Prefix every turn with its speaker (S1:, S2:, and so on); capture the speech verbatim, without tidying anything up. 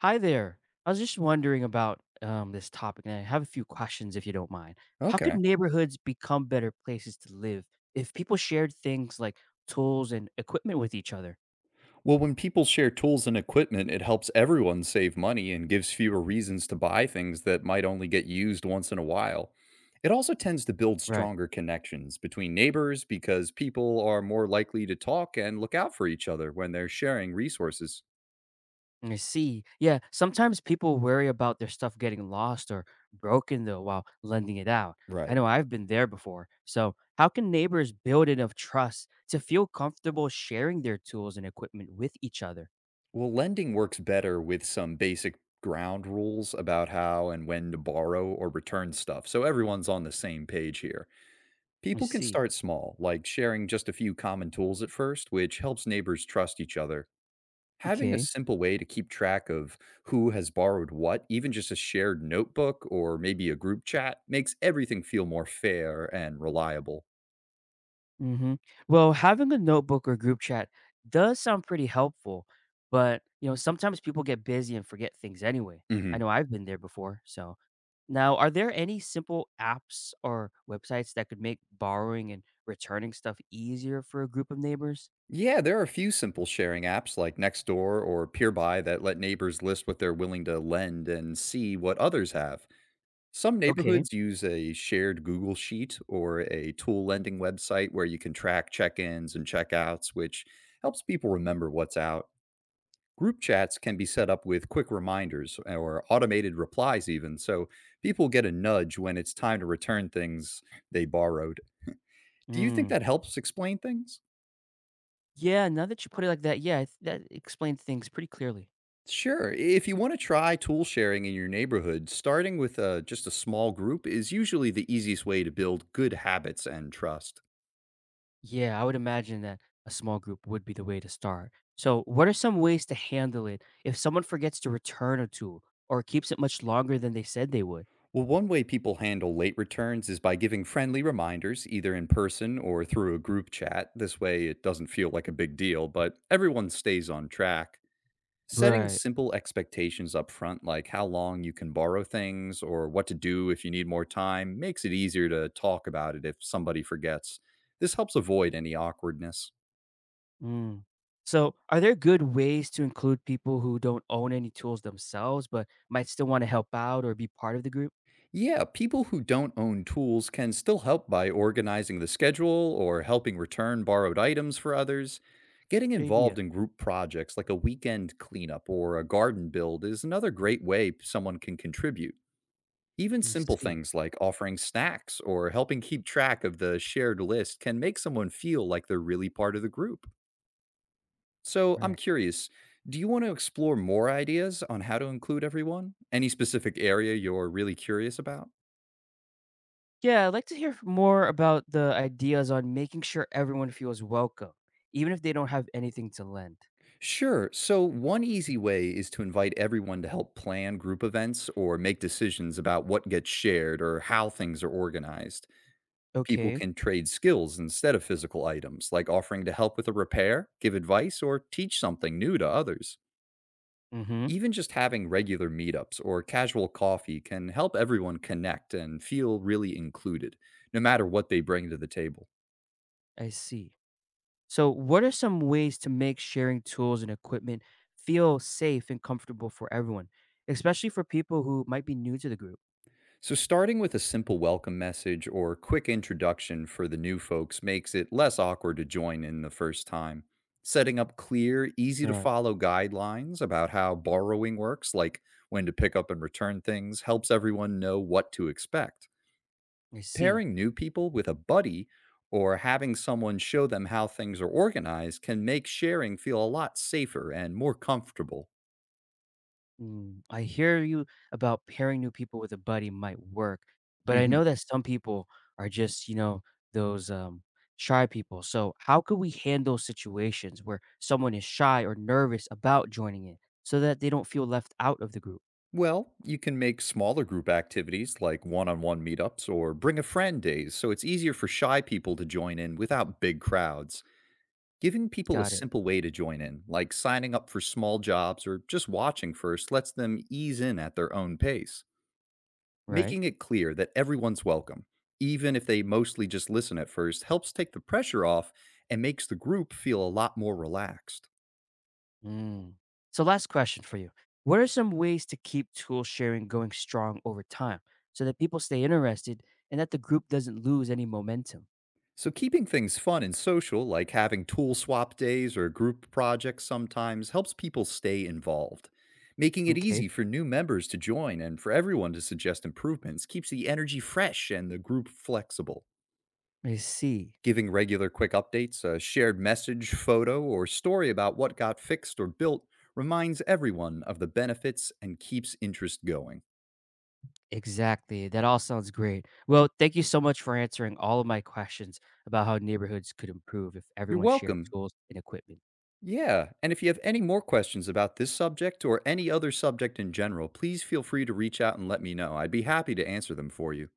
S1: Hi there. I was just wondering about um, this topic, and I have a few questions if you don't mind. How could
S2: Okay.
S1: neighborhoods become better places to live if people shared things like tools and equipment with each other?
S2: Well, when people share tools and equipment, it helps everyone save money and gives fewer reasons to buy things that might only get used once in a while. It also tends to build
S1: Right.
S2: stronger connections between neighbors because people are more likely to talk and look out for each other when they're sharing resources.
S1: I see. Yeah, sometimes people worry about their stuff getting lost or broken, though, while lending it out. I
S2: Right.
S1: know I've been there before. So, how can neighbors build enough trust to feel comfortable sharing their tools and equipment with each other?
S2: Well, lending works better with some basic ground rules about how and when to borrow or return stuff, so everyone's on the same page here.
S1: I
S2: People can
S1: see.
S2: start small, like sharing just a few common tools at first, which helps neighbors trust each other. Having a
S1: Okay.
S2: simple way to keep track of who has borrowed what, even just a shared notebook or maybe a group chat, makes everything feel more fair and reliable.
S1: Mhm. Well, having a notebook or group chat does sound pretty helpful, but you know, sometimes people get busy and forget things anyway.
S2: hmm
S1: I know I've been there before. So, now are there any simple apps or websites that could make borrowing and returning stuff easier for a group of neighbors?
S2: Yeah, there are a few simple sharing apps like Nextdoor or Peerby that let neighbors list what they're willing to lend and see what others have. Some
S1: Okay.
S2: neighborhoods use a shared Google Sheet or a tool lending website where you can track check ins and checkouts, which helps people remember what's out. Group chats can be set up with quick reminders or automated replies, even, so people get a nudge when it's time to return things they borrowed. Do you think
S1: Mm.
S2: that helps explain things?
S1: Yeah, now that you put it like that, yeah, I th- that explains things pretty clearly.
S2: Sure. If you want to try tool sharing in your neighborhood, starting with uh just a small group is usually the easiest way to build good habits and trust.
S1: Yeah, I would imagine that a small group would be the way to start. So, what are some ways to handle it if someone forgets to return a tool or keeps it much longer than they said they would?
S2: Well, one way people handle late returns is by giving friendly reminders, either in person or through a group chat. This way, it doesn't feel like a big deal, but everyone stays on track. Setting
S1: Right.
S2: simple expectations up front, like how long you can borrow things or what to do if you need more time, makes it easier to talk about it if somebody forgets. This helps avoid any awkwardness.
S1: Mm. So, are there good ways to include people who don't own any tools themselves but might still want to help out or be part of the group?
S2: Yeah, people who don't own tools can still help by organizing the schedule or helping return borrowed items for others. Getting
S1: Good idea.
S2: involved in group projects like a weekend cleanup or a garden build is another great way someone can contribute. Even
S1: I
S2: simple
S1: see.
S2: things like offering snacks or helping keep track of the shared list can make someone feel like they're really part of the group. So I'm
S1: Right.
S2: curious, do you want to explore more ideas on how to include everyone? Any specific area you're really curious about?
S1: Yeah, I'd like to hear more about the ideas on making sure everyone feels welcome, even if they don't have anything to lend.
S2: Sure. So, one easy way is to invite everyone to help plan group events or make decisions about what gets shared or how things are organized. People
S1: Okay.
S2: can trade skills instead of physical items, like offering to help with a repair, give advice, or teach something new to others.
S1: Mm-hmm.
S2: Even just having regular meetups or casual coffee can help everyone connect and feel really included, no matter what they bring to the table.
S1: I see. So, what are some ways to make sharing tools and equipment feel safe and comfortable for everyone, especially for people who might be new to the group?
S2: So, starting with a simple welcome message or quick introduction for the new folks makes it less awkward to join in the first time. Setting up clear, easy to
S1: Right.
S2: follow guidelines about how borrowing works, like when to pick up and return things, helps everyone know what to expect.
S1: I see.
S2: Pairing new people with a buddy or having someone show them how things are organized can make sharing feel a lot safer and more comfortable.
S1: Mm, I hear you about pairing new people with a buddy might work, but I
S2: Mhm.
S1: know that some people are just, you know, those um, shy people. So, how could we handle situations where someone is shy or nervous about joining in so that they don't feel left out of the group?
S2: Well, you can make smaller group activities like one on one meetups or bring a friend days so it's easier for shy people to join in without big crowds. Giving people a
S1: Got it.
S2: simple way to join in, like signing up for small jobs or just watching first, lets them ease in at their own pace.
S1: Right.
S2: Making it clear that everyone's welcome, even if they mostly just listen at first, helps take the pressure off and makes the group feel a lot more relaxed.
S1: Mm. So, last question for you. What are some ways to keep tool sharing going strong over time so that people stay interested and that the group doesn't lose any momentum?
S2: So, keeping things fun and social, like having tool swap days or group projects sometimes, helps people stay involved. Making it
S1: Okay,
S2: easy for new members to join and for everyone to suggest improvements keeps the energy fresh and the group flexible.
S1: I see.
S2: Giving regular quick updates, a shared message, photo, or story about what got fixed or built reminds everyone of the benefits and keeps interest going.
S1: Exactly. That all sounds great. Well, thank you so much for answering all of my questions about how neighborhoods could improve if
S2: You're
S1: everyone shared
S2: welcome.
S1: tools and equipment.
S2: Yeah. And if you have any more questions about this subject or any other subject in general, please feel free to reach out and let me know. I'd be happy to answer them for you.